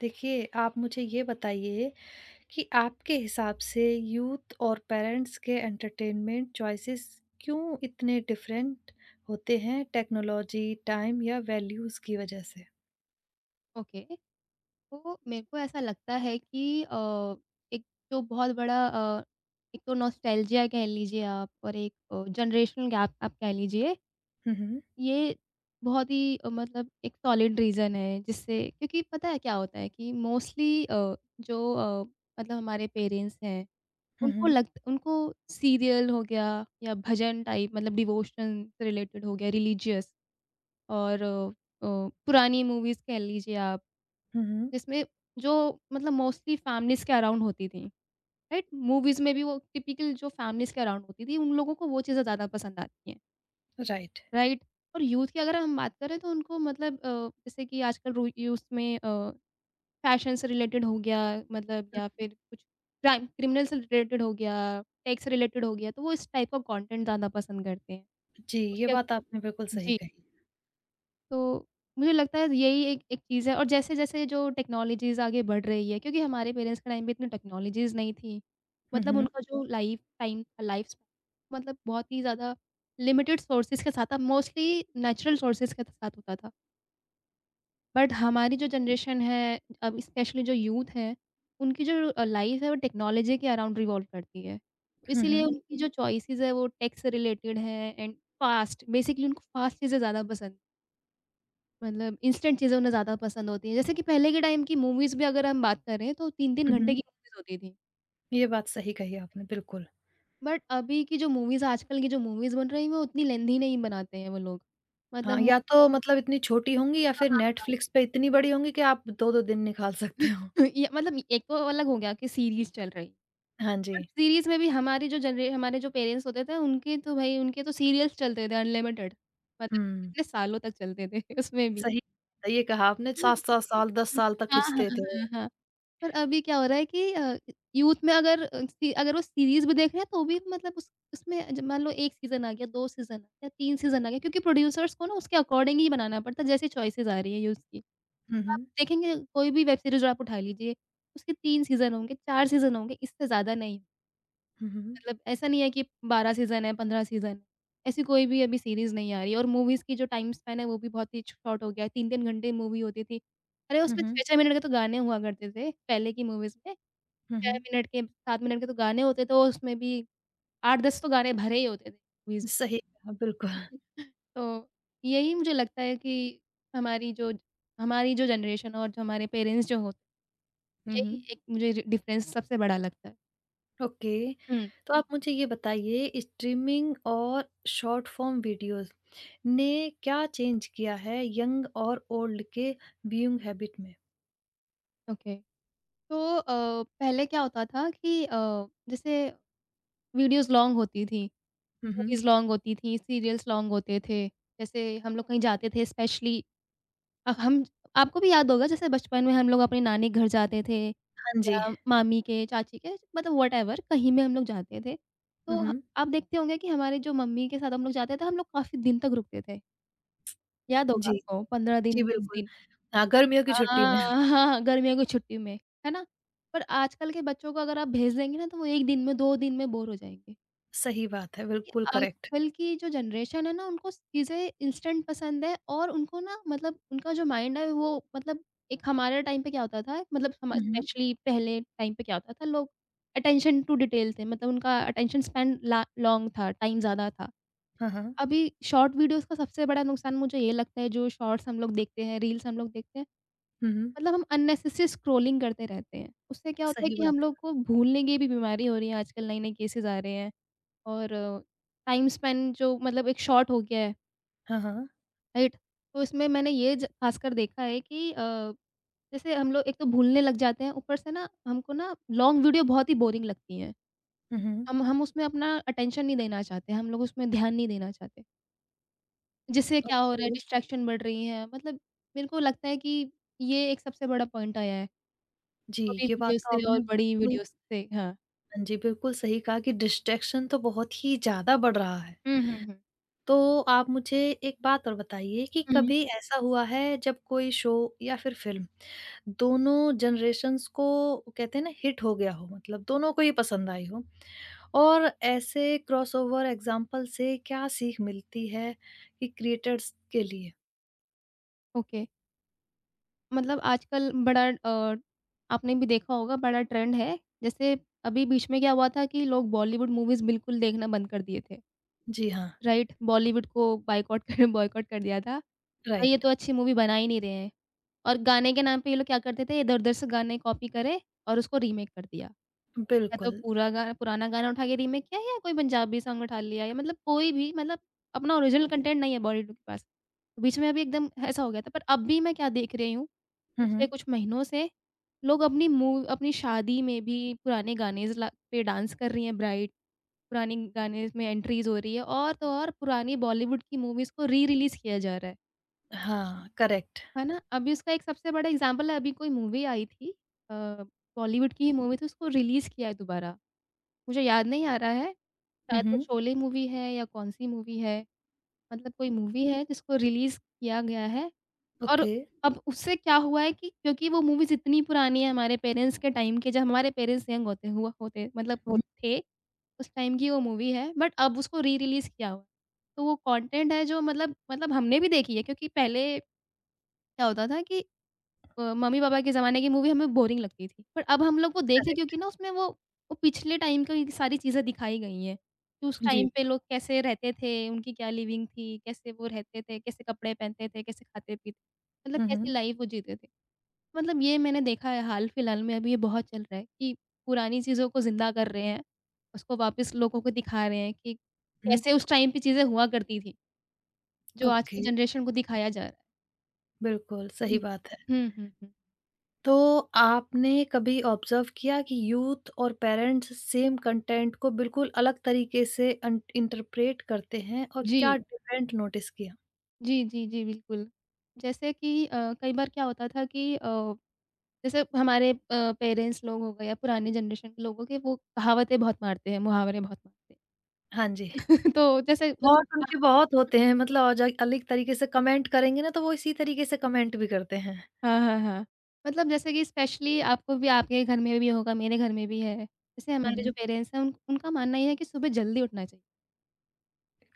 देखिए, आप मुझे ये बताइए कि आपके हिसाब से यूथ और पेरेंट्स के एंटरटेनमेंट चॉइसेस क्यों इतने डिफरेंट होते हैं टेक्नोलॉजी, टाइम या वैल्यूज़ की वजह से? ओके। तो मेरे को ऐसा लगता है कि एक जो बहुत बड़ा एक तो नॉस्टैल्जिया कह लीजिए आप और एक जनरेशनल गैप आप कह लीजिए, हुँ, हुँ। ये बहुत ही मतलब एक सॉलिड रीज़न है जिससे क्योंकि पता है क्या होता है कि मोस्टली जो अ, मतलब हमारे पेरेंट्स हैं, हुँ, उनको हुँ। लग उनको सीरियल हो गया या भजन टाइप मतलब डिवोशन से रिलेटेड हो गया, रिलीजियस और पुरानी मूवीज़ कह लीजिए आप। हुँ, हुँ। जिसमें जो मतलब मोस्टली फैमिलीज़ के अराउंड होती थी, राइट? मूवीज़ में भी वो टिपिकल जो फैमिलीज़ के अराउंड होती थी, उन लोगों को वो चीज़ें ज़्यादा पसंद आती हैं, राइट। राइट? और यूथ की अगर हम बात करें तो उनको मतलब जैसे कि आजकल रू यूथ में फैशन से रिलेटेड हो गया मतलब या हुँ, फिर कुछ क्राइम क्रिमिनल से रिलेटेड हो गया, टेक से रिलेटेड हो गया, तो वो इस टाइप का कंटेंट ज़्यादा पसंद करते हैं। जी, ये उसके बात आपने बिल्कुल सही जी। कही। तो मुझे लगता है यही एक एक चीज़ है और जैसे-जैसे जो टेक्नोलॉजीज़ आगे बढ़ रही है क्योंकि हमारे पेरेंट्स के टाइम पे इतनी टेक्नोलॉजीज़ नहीं थी। हुँ, मतलब हुँ। उनका जो लाइफ टाइम था, लाइफ स्पैन मतलब बहुत ही ज़्यादा लिमिटेड सोर्सेज़ के साथ था, मोस्टली नेचुरल सोर्सेज़ के साथ होता था। बट हमारी जो जनरेशन है, अब स्पेशली जो यूथ है, उनकी जो लाइफ है वो टेक्नोलॉजी के अराउंड रिवॉल्व करती है। हुँ, इसीलिए हुँ। उनकी जो चॉइसेज़ है वो टेक से रिलेटेड है एंड फास्ट बेसिकली उनको फास्ट चीज़ें ज़्यादा पसंद मतलब इंस्टेंट चीज़ें उन्हें ज़्यादा पसंद होती हैं। जैसे कि पहले के टाइम की मूवीज़ भी अगर हम बात करें तो 3-3 हुँ, घंटे हुँ। की मूवीज़ होती थी। ये बात सही कही आपने बिल्कुल। बट अभी की जो मूवीज़ आजकल की जो मूवीज़ बन रही हैं वो उतनी लेंथी नहीं बनाते हैं वो लोग। मतलब हाँ, मो या तो मतलब इतनी छोटी होंगी या हाँ, फिर हाँ। नेटफ्लिक्स पे इतनी बड़ी होंगी कि आप 2-2 दिन निकाल सकते हो। ये मतलब एक तो अलग हो गया कि सीरीज़ चल रही। हाँ जी। बट सीरीज़ में भी हमारी जो जनरे हमारे जो पेरेंट्स होते थे उनके तो भई उनके तो सीरियल्स चलते थे अनलिमिटेड। मतलब हुँ। कितने सालों तक चलते थे उसमें भी। सही सही कहा आपने 7-7 साल 10 साल तक हाँ, हाँ, खींचते थे। हाँ, हाँ। हाँ। पर अभी क्या हो रहा है कि यूथ में अगर अ, सी अगर वो सीरीज़ भी देख रहे हैं तो भी मतलब उस उसमें ज मान लो 1 सीज़न आ गया, 2 सीज़न आ गया, 3 सीज़न आ गया क्योंकि प्रोड्यूसर्स को ना उसके अकॉर्डिंग ही बनाना पड़ता है जैसे चॉइसेस आ रही है यूथ की। हुँ, आप हुँ। देखेंगे कोई भी वेब सीरीज़ आप उठा लीजिए, उसके 3 सीज़न होंगे, 4 सीज़न होंगे, इससे ज़्यादा नहीं। हुँ, हुँ। मतलब ऐसा नहीं है कि 12 सीज़न है, 15 सीज़न है, ऐसी कोई भी अभी सीरीज़ नहीं आ रही है और मूवीज़ की जो टाइम स्पैन है वो भी बहुत ही शॉर्ट हो गया है, 3-3 घंटे मूवी होती थी। अरे! हुँ, उसमें हुँ। 6-6 मिनट के तो गाने हुआ करते थे पहले की मूवीज़ में हुँ, 6 हुँ। मिनट के 7 मिनट के तो गाने होते तो उसमें भी 8-10 तो गाने भरे ही होते थे मूवीज़ सही कहा, बिल्कुल। में। तो यही मुझे लगता है कि हमारी जो हमारी जो जनरेशन और जो हमारे पेरेंट्स जो होते हुँ, यही हुँ। एक मुझे रि डिफ़रेंस सबसे बड़ा लगता है। ओके। हुँ। तो आप मुझे ये बताइए स्ट्रीमिंग और शॉर्ट फॉर्म वीडियोज़ ने क्या चेंज किया है यंग और ओल्ड के व्यूइंग हैबिट में? ओके। तो पहले क्या होता था कि जैसे वीडियोज़ लॉन्ग होती थीं, हुँ, हुँ। मूवीज़ लॉन्ग होती थीं, सीरियल्स लॉन्ग होते थे। जैसे हम लोग कहीं जाते थे स्पेशली अ, हम आपको भी याद होगा जैसे बचपन में हम लोग अपने नानी के घर जाते थे हाँ जी। या मामी के, चाची के मतलब व्हाटएवर कहीं में हम लोग जाते थे। हुँ, तो ह हुँ। आप देखते होंगे कि हमारे जो मम्मी के साथ हम लोग जाते थे, हम लोग काफ़ी दिन तक रुकते थे। याद होगा जी, आपको 15 दिन, जी 30 बिल्कुल। दिन। हाँ, गर्मियों की छुट्टी हाँ, में। हाँ, हाँ, गर्मियों की छुट्टी में, है ना? पर आजकल के बच्चों को अगर आप भेज देंगे ना तो वो 1 दिन में, 2 दिन में बोर हो जाएँगे। सही बात है, कि बिल्कुल करेक्ट। आजकल की जो जनरेशन है ना उनको चीज़ें इंस्टेंट पसंद है और उनको ना मतलब उनका जो माइंड है वो मतलब एक हमारे टाइम पे क्या होता था मतलब हम हुँ, हुँ। स्पेशली पहले टाइम पे क्या होता था लोग अटेंशन टू डिटेल थे मतलब उनका अटेंशन स्पैन लॉन्ग था टाइम ज़्यादा था हाँ, हाँ। अभी शॉर्ट वीडियोस का सबसे बड़ा नुकसान मुझे ये लगता है जो शॉर्ट्स हम लोग देखते हैं रील्स हम लोग देखते हैं हुँ, हुँ। मतलब हम अननेसेसरी स्क्रोलिंग करते रहते हैं उससे क्या होता है सही कि हम बात। लोग को भूलने की भी बीमारी हो रही है आजकल नए नए केसेस आ रहे हैं और टाइम स्पेंड जो मतलब एक शॉर्ट हो गया है, हाँ, हाँ। राइट? तो इसमें मैंने ये ज ख़ासकर देखा है कि जैसे हम लोग एक तो भूलने लग जाते हैं, ऊपर से ना हमको ना लॉन्ग वीडियो बहुत ही बोरिंग लगती हैं। हुँ, हुँ। हम उसमें अपना अटेंशन नहीं देना चाहते, हम लोग उसमें ध्यान नहीं देना चाहते। जिससे हाँ, क्या हो रहा हाँ। है ओके। डिस्ट्रैक्शन बढ़ रही है, मतलब मेरे को लगता है कि ये एक सबसे बड़ा पॉइंट आया है, जी, छोटी ये बात वीडियोज़ तो से और आपने बड़ी बिल्कुल वीडियोज़ से। हाँ। हाँ जी, बिल्कुल सही कहा कि डिस्ट्रैक्शन तो बहुत ही ज़्यादा बढ़ रहा है। हुँ, हुँ, हुँ। तो आप मुझे एक बात और बताइए कि हुँ, कभी ऐसा हुआ है जब कोई शो या फिर फ़िल्म दोनों जनरेशन्स को कहते हैं ना हिट हो गया हो मतलब दोनों को ही पसंद आई हो और ऐसे क्रॉसओवर एग्ज़ाम्पल से क्या सीख मिलती है कि क्रिएटर्स के लिए? ओके। मतलब आजकल बड़ा आपने भी देखा होगा बड़ा ट्रेंड है। जैसे अभी बीच में क्या हुआ था कि लोग बॉलीवुड मूवीज़ बिल्कुल देखना बंद कर दिए थे, जी हाँ, राइट? बॉलीवुड को बायकॉट कर बॉयकॉट कर दिया था कि भाई ये राइट, तो अच्छी मूवी बना ही नहीं रहे हैं। और गाने के नाम पे ये लोग क्या करते थे, इधर-उधर से गाने कॉपी करे और उसको रीमेक कर दिया। या तो बिल्कुल। पूरा गा पुराना गाना उठा के रीमेक किया है या कोई पंजाबी सॉन्ग उठा लिया या मतलब कोई भी मतलब अपना ओरिजिनल कंटेंट नहीं है बॉलीवुड के पास। तो बीच में अभी एकदम ऐसा हो गया था पर अभी मैं क्या देख रही हूँ, हुँ, पिछले हुँ। कुछ महीनों से लोग अपनी शादी में भी पुराने गाने ज़ला पे डांस कर रही हैं ब्राइड, पुराने गाने में एंट्रीज़ हो रही है और तो और पुरानी बॉलीवुड की मूवीज़ को री-रिलीज़ किया जा रहा है। हाँ, करेक्ट। है ना? अभी उसका एक सबसे बड़ा एग्ज़ाम्पल है अभी कोई मूवी आई थी बॉलीवुड की ही मूवी थी उसको रिलीज़ किया है दोबारा। मुझे याद नहीं आ रहा है। हुँ, शायद वो हुँ, शोले मूवी है या कौन-सी मूवी है, मतलब कोई मूवी है जिसको रिलीज़ किया गया है और ओके। अब उससे क्या हुआ है कि क्योंकि वो मूवीज़ इतनी पुरानी है हमारे पेरेंट्स के टाइम की, जब हमारे पेरेंट्स यंग होते मतलब हो हुँ, थे, उस टाइम की वो मूवी है, बट अब उसको री-रिलीज़ किया हुआ है। तो वो कंटेंट है जो मतलब हमने भी देखी है क्योंकि पहले क्या होता था कि मम्मी-पापा के ज़माने की मूवी हमें बोरिंग लगती थी। पर अब हम लोग वो देखे करेक्ट, क्योंकि ना उसमें वो पिछले टाइम की सारी चीज़ें दिखाई गई हैं, कि उस जी। जी। टाइम पे लोग कैसे रहते थे, उनकी क्या लिविंग थी, कैसे वो रहते थे, कैसे कपड़े पहनते थे, कैसे खाते-पीते मतलब हुँ, कैसी हुँ। लाइफ़ वो जीते थे। मतलब ये मैंने देखा है हाल-फिलहाल में अभी ये बहुत चल रहा है कि पुरानी चीज़ों को ज़िंदा कर रहे हैं, उसको वापस लोगों को दिखा रहे हैं कि हुँ, कैसे उस टाइम पे चीज़ें हुआ करती थी, जो आज ओके, की जनरेशन को दिखाया जा रहा है। बिल्कुल, हुँ। सही बात है। हुँ, हुँ, हुँ। तो आपने कभी ऑब्ज़र्व किया कि यूथ और पेरेंट्स सेम कंटेंट को बिल्कुल अलग तरीके से अन इंटरप्रेट करते हैं और जी। क्या डिफ़रेंट नोटिस किया? जी, जी, जी, बिल्कुल। जैसे कि कई बार क्या होता था कि जैसे हमारे पेरेंट्स लोग हो गए या पुरानी जनरेशन के लोगों के वो कहावतें बहुत मारते हैं, मुहावरे बहुत मारते हैं। हाँ जी, तो जैसे मतलब थॉट उनके बहुत होते हैं मतलब और ज अलग तरीके से कमेंट करेंगे ना तो वो इसी तरीके से कमेंट भी करते हैं। हाँ, हाँ, हाँ। हाँ। मतलब जैसे कि स्पेशली आपको भी आपके घर में भी होगा, मेरे घर में भी है। जैसे हुँ, हमारे जो हुँ, पेरेंट्स हैं उन उनका मानना ये है कि सुबह जल्दी उठना चाहिए,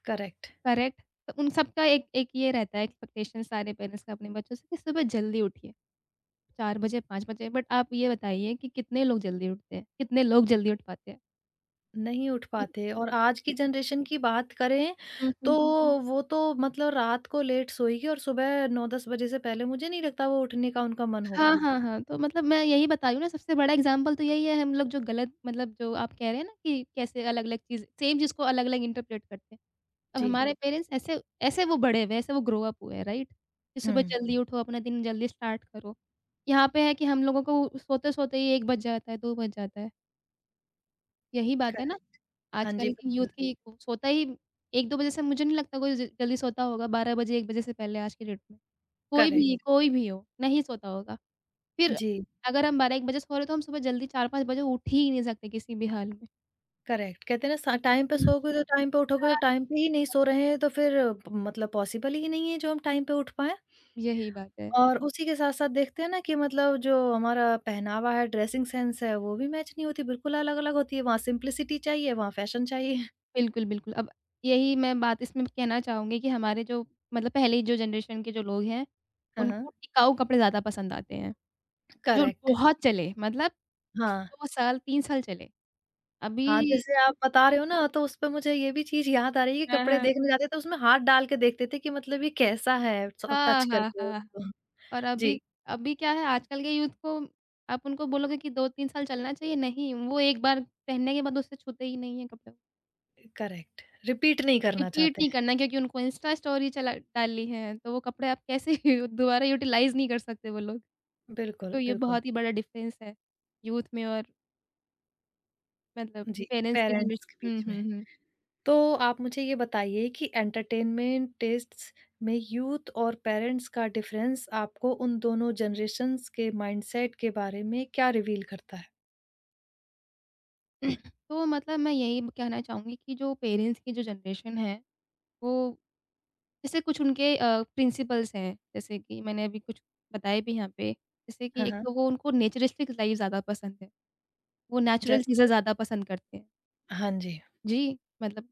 करेक्ट। करेक्ट? तो उन सबका एक एक ये रहता है एक्सपेक्टेशन सारे पेरेंट्स का अपने बच्चों से कि सुबह जल्दी उठिए। 4 बजे, 5 बजे बट आप ये बताइए कि कितने लोग जल्दी उठते हैं? कितने लोग जल्दी उठ पाते हैं? नहीं उठ पाते और आज की जनरेशन की बात करें हुँ, तो हुँ। वो तो मतलब रात को लेट सोएगी और सुबह 9-10 बजे से पहले मुझे नहीं लगता वो उठने का उनका मन हाँ, होगा। हाँ, हाँ। तो मतलब मैं यही बता रही हूँ ना सबसे बड़ा एग्ज़ाम्पल तो यही है हम लोग जो गलत मतलब जो आप कह रहे हैं ना कि कैसे अलग-अलग चीज़ सेम चीज़ को अलग-अलग इंटरप्रेट करते हैं। अब जी। हमारे पेरेंट्स ऐसे ऐसे वो बड़े हुए हैं, ऐसे वो ग्रो अप हुए हैं, राइट? कि हुँ, सुबह जल्दी उठो, अपना दिन जल्दी स्टार्ट करो। यहाँ पे है कि हम लोगों को सोते-सोते ही 1 बज जाता है, 2 बज जाता है। यही बात है ना? करेक्ट। हाँ जी, आजकल के यूथ बिल्कुल। की सोता ही 1-2 बजे से मुझे नहीं लगता कोई ज जल्दी सोता होगा 12 बजे 1 बजे से पहले आज की डेट में। कोई भी हुँ। करेक्ट। कोई भी हो, नहीं सोता होगा। फिर जी, अगर हम 12-1 बजे सो रहे हैं तो हम सुबह जल्दी 4-5 बजे उठ ही नहीं सकते किसी भी हाल में। करेक्ट। कहते हैं ना स टाइम पे सोओगे तो टाइम पे उठोगे, हाँ, जब टाइम पे ही नहीं सो रहे हैं तो फिर मतलब पॉसिबल ही नहीं है जो हम टाइम पे उठ पाएँ। यही बात है। और उसी के साथ-साथ देखते हैं ना कि मतलब जो हमारा पहनावा है, ड्रेसिंग सेंस है, वो भी मैच नहीं होती, बिल्कुल अलग-अलग होती है। वहाँ सिम्प्लिसिटी चाहिए, वहाँ फैशन चाहिए। बिल्कुल, बिल्कुल। अब यही मैं बात इसमें कहना चाहूँगी कि हमारे जो मतलब पहले जो जनरेशन के जो लोग हैं, हाँ, हाँ। उनको टिकाऊ कपड़े ज़्यादा पसंद आते हैं, जो करेक्ट। बहुत चले मतलब हाँ, 2 साल 3 साल चले। हाँ, अभी जैसे आप बता रहे हो ना तो उस पे मुझे ये भी चीज़ याद आ रही है कि हाँ, कपड़े हाँ। देखने जाते तो उसमें हाथ डाल के देखते थे कि मतलब ये कैसा है सो हाँ, टच हाँ, करके हाँ। हाँ। उसको। और जी, अभी अभी क्या है आजकल के यूथ को आप उनको बोलोगे कि 2-3 साल चलना चाहिए, नहीं, वो एक बार पहनने के बाद उससे छूते ही नहीं है कपड़े। करेक्ट। रिपीट नहीं करना रिपीट चाहते नहीं हैं। करना है क्योंकि उनको इंस्टा स्टोरी चला डाली है, तो वो कपड़े आप कैसे दोबारा यूटिलाइज़ नहीं कर सकते वो लोग। तो बिल्कुल, ये बिल्कुल। बहुत ही बड़ा डिफ़रेंस है यूथ में और मतलब जी, पेरेंट्स की पेरेंट्स के जनरेशन। हुँ, बीच में। हुँ, हुँ। तो आप मुझे ये बताइए कि एंटरटेनमेंट टेस्ट्स में यूथ और पेरेंट्स का डिफरेंस आपको उन दोनों जनरेशन्स के माइंडसेट के बारे में क्या रिवील करता है? तो मतलब मैं यही कहना चाहूँगी कि जो पेरेंट्स की जो जनरेशन है, वो जैसे कुछ उनके प्रिंसिपल्स हैं, जैसे कि मैंने अभी कुछ बताए भी यहाँ पे, जैसे कि हाँ, एक हाँ। तो वो उनको नेचरिस्टिक लाइफ़ ज़्यादा पसंद है, वो नेचुरल चीज़ें जैसे ज़्यादा पसंद करते हैं। हाँ जी, जी, मतलब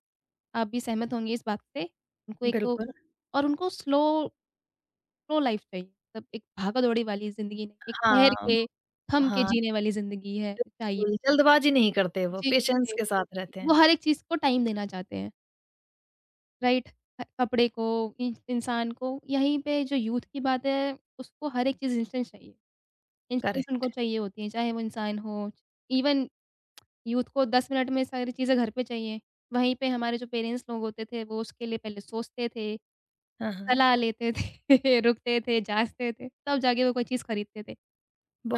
आप भी सहमत होंगे इस बात से। उनको एक तो बिल्कुल। और उनको स्लो स्लो लाइफ़ चाहिए, मतलब एक भागा-दौड़ी वाली ज़िंदगी नहीं, एक हाँ, ठहर के, थम के हाँ। जीने वाली ज़िंदगी है चाहिए। बिल्कुल, जल्दबाज़ी नहीं करते वो, जी, जी, पेशेंस जी। के साथ रहते वो हैं। हर एक चीज़ को टाइम देना चाहते हैं। राइट? कपड़े को, इन इंसान को, यहीं पे जो यूथ की बात है, उसको हर एक चीज़ इंस्टेंट चाहिए। Instant correct. उनको चाहिए होती है, चाहे वो इंसान हो, इवन यूथ को 10 मिनट में सारी चीज़ें घर पे चाहिए। वहीं पे हमारे जो पेरेंट्स लोग होते थे, वो उसके लिए पहले सोचते थे, हाँ, हाँ। सलाह लेते थे, रुकते थे, जाँचते थे, तब जाके वो कोई चीज़ खरीदते थे।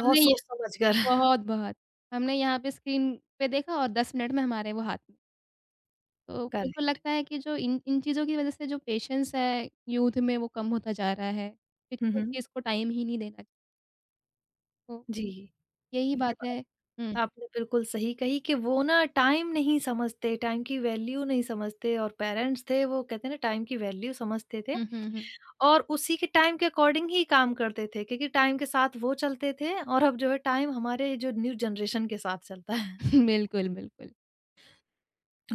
हमने ये सोच-समझ कर बहुत-बहुत, हमने यहाँ पे स्क्रीन पे देखा और 10 मिनट में हमारे वो हाथ में। तो मेरे को करेक्ट। लगता है कि जो इन इन चीज़ों की वज़ह से जो पेशेंस है यूथ में वो कम होता जा रहा है, क्योंकि हुँ, वो हुँ। चीज़ को टाइम ही नहीं देना। तो जी, यही ये बात बात है। हुँ, आपने बिल्कुल सही कही कि वो ना टाइम नहीं समझते, टाइम की वैल्यू नहीं समझते और पेरेंट्स थे वो कहते हैं ना टाइम की वैल्यू समझते थे हुँ, हुँ, हुँ। और उसी के टाइम के अकॉर्डिंग ही काम करते थे क्योंकि टाइम के साथ वो चलते थे और अब जो है टाइम हमारे जो न्यू जनरेशन के साथ चलता है। बिल्कुल, बिल्कुल।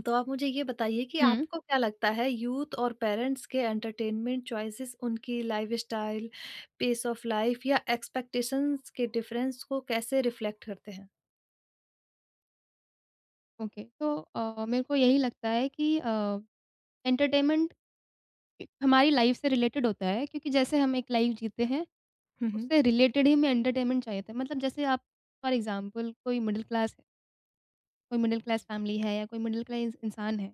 तो आप मुझे ये बताइए कि हुँ। आपको क्या लगता है यूथ और पेरेंट्स के एंटरटेनमेंट चॉइसेस उनकी लाइफस्टाइल, पेस ऑफ लाइफ या एक्सपेक्टेशंस के डिफरेंस को कैसे रिफ्लेक्ट करते हैं? ओके, तो मेरे को यही लगता है कि एंटरटेनमेंट हमारी लाइफ़ से रिलेटेड होता है क्योंकि जैसे हम एक लाइफ़ जीते हैं, हुँ, हुँ। उससे रिलेटेड ही हमें एंटरटेनमेंट चाहिए होता है। मतलब जैसे आप फॉर एग्ज़ाम्पल कोई मिडल क्लास है कोई मिडल क्लास फ़ैमिली है या कोई मिडल क्लास इंसान है।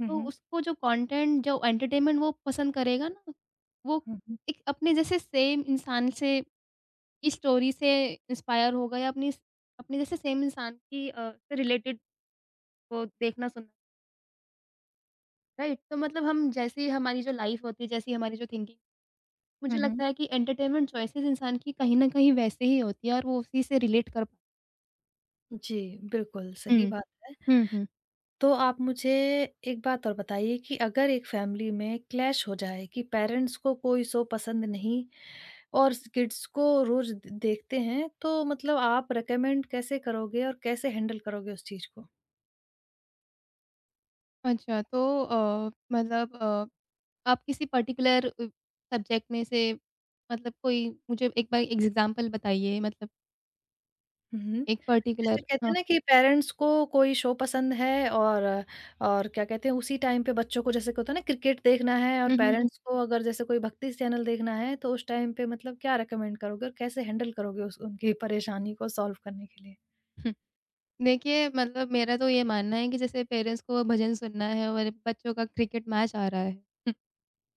हुँ, तो हुँ। उसको जो कंटेंट जो एंटरटेनमेंट वो पसंद करेगा ना, वो हुँ, हुँ। एक अपने जैसे सेम इंसान से की स्टोरी से इंस्पायर होगा या अपनी अपने जैसे सेम इंसान की से रिलेटेड वो देखना सुनना, राइट? तो मतलब हम जैसी हमारी जो लाइफ़ होती है, जैसी हमारी जो थिंकिंग मुझे हुँ, हुँ। लगता है कि एंटरटेनमेंट चॉइसेस इंसान की कहीं न कहीं वैसे ही होती है और वो उसी से रिलेट कर पा। जी, बिल्कुल सही हुँ। बात है। हुँ, हुँ। तो आप मुझे एक बात और बताइए कि अगर एक फैमिली में क्लैश हो जाए कि पेरेंट्स को कोई शो पसंद नहीं और स किड्स को रोज़ द देखते हैं, तो मतलब आप रिकमेंड कैसे करोगे और कैसे हैंडल करोगे उस चीज़ को? अच्छा तो मतलब आप किसी पर्टिकुलर सब्जेक्ट में से मतलब कोई मुझे एक बार एग्ज़ाम्पल बताइए मतलब हुँ। एक पर्टिकुलर जैसे कहते हाँ। हैं ना कि पेरेंट्स को कोई शो पसंद है और क्या कहते हैं उसी टाइम पे बच्चों को जैसे होता है ना क्रिकेट देखना है और हुँ, हुँ, हुँ, पेरेंट्स को अगर जैसे कोई भक्ति चैनल देखना है तो उस टाइम पे मतलब क्या रिकमेंड करोगे और कैसे हैंडल करोगे उस उनकी परेशानी को सॉल्व करने के लिए? हुँ। देखिए मतलब मेरा तो ये मानना है कि जैसे पेरेंट्स को भजन सुनना है और बच्चों का क्रिकेट मैच आ रहा है। हम्म,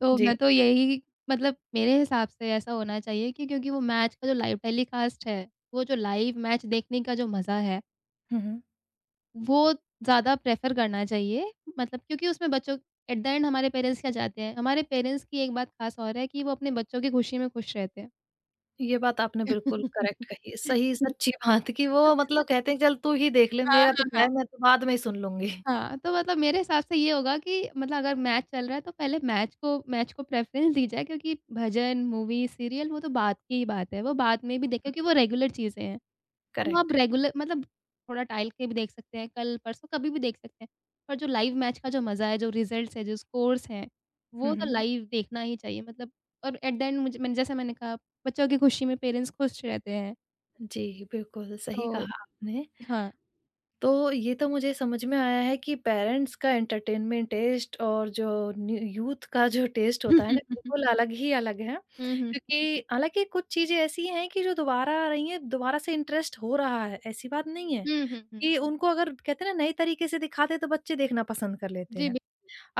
तो जी। मैं तो यही मतलब मेरे हिसाब से ऐसा होना चाहिए कि क्योंकि वो मैच का जो लाइव टेलीकास्ट है, वो जो लाइव मैच देखने का जो मज़ा है हुँ, हुँ। वो ज़्यादा प्रेफ़र करना चाहिए मतलब क्योंकि उसमें बच्चों एट द एंड हमारे पेरेंट्स क्या चाहते हैं? हमारे पेरेंट्स की एक बात ख़ास और है कि वो अपने बच्चों की खुशी में खुश रहते हैं। ये बात आपने बिल्कुल करेक्ट कही, सही सच्ची बात कि वो मतलब कहते हैं चल तू ही देख ले हाँ, मेरा तो हाँ, क्या हाँ। है मैं तो बाद में ही सुन लूँगी। हाँ, तो मतलब मेरे हिसाब से ये होगा कि मतलब अगर मैच चल रहा है तो पहले मैच को प्रेफ़रेंस दी जाए क्योंकि भजन, मूवी, सीरियल वो तो बाद की ही बात है। वो बाद में भी देखें क्योंकि वो रेगुलर चीज़ें हैं। वो आप करेक्ट। रेगुलर मतलब थोड़ा टाइल के भी देख सकते हैं, कल परसों कभी भी देख सकते हैं। पर जो लाइव मैच का जो मज़ा है, जो रिज़ल्ट्स हैं, जो स्कोर्स हैं, वो हुँ, तो हुँ। लाइव देखना ही चाहिए मतलब और एट द एंड मुझे मैंने जैसा मैंने कहा बच्चों की खुशी में पेरेंट्स खुश रहते हैं। जी, बिल्कुल सही तो कहा आपने। हाँ। तो ये तो मुझे समझ में आया है कि पेरेंट्स का एंटरटेनमेंट टेस्ट और जो यूथ का जो टेस्ट होता है ना बिल्कुल अलग ही अलग है हुँ, हुँ। क्योंकि हालांकि कुछ चीजें ऐसी हैं कि जो दोबारा आ रही हैं दोबारा से इंटरेस्ट हो रहा है ऐसी बात नहीं है हुँ, हुँ, हुँ। कि उनको अगर कहते हैं ना नए तरीके से दिखाते तो बच्चे देखना पसंद कर लेते जी, हैं बिल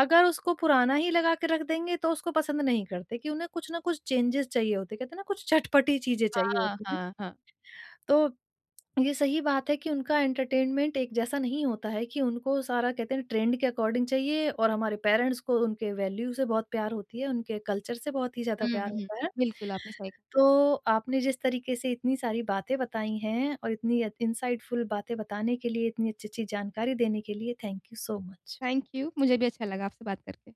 अगर उसको पुराना ही लगा के रख देंगे तो उसको पसंद नहीं करते कि उन्हें कुछ ना कुछ चेंजेस चाहिए होते कहते हैं ना कुछ चटपटी चीजें चाहिए हाँ, होती हैं हाँ, हाँ। तो ये सही बात है कि उनका एंटरटेनमेंट एक जैसा नहीं होता है कि उनको सारा कहते हैं ट्रेंड के अकॉर्डिंग चाहिए और हमारे पेरेंट्स को उनके वैल्यू से बहुत प्यार होती है, उनके कल्चर से बहुत ही ज़्यादा हुँ, हुँ, प्यार हुँ। होता है। बिल्कुल आपने सही कहा। तो आपने जिस तरीके से इतनी सारी बातें बताई हैं और इतनी इनसाइटफुल बातें बताने के लिए, इतनी अच्छी-अच्छी जानकारी देने के लिए, thank you so much. Thank you, मुझे भी अच्छा लगा आपसे बात करके।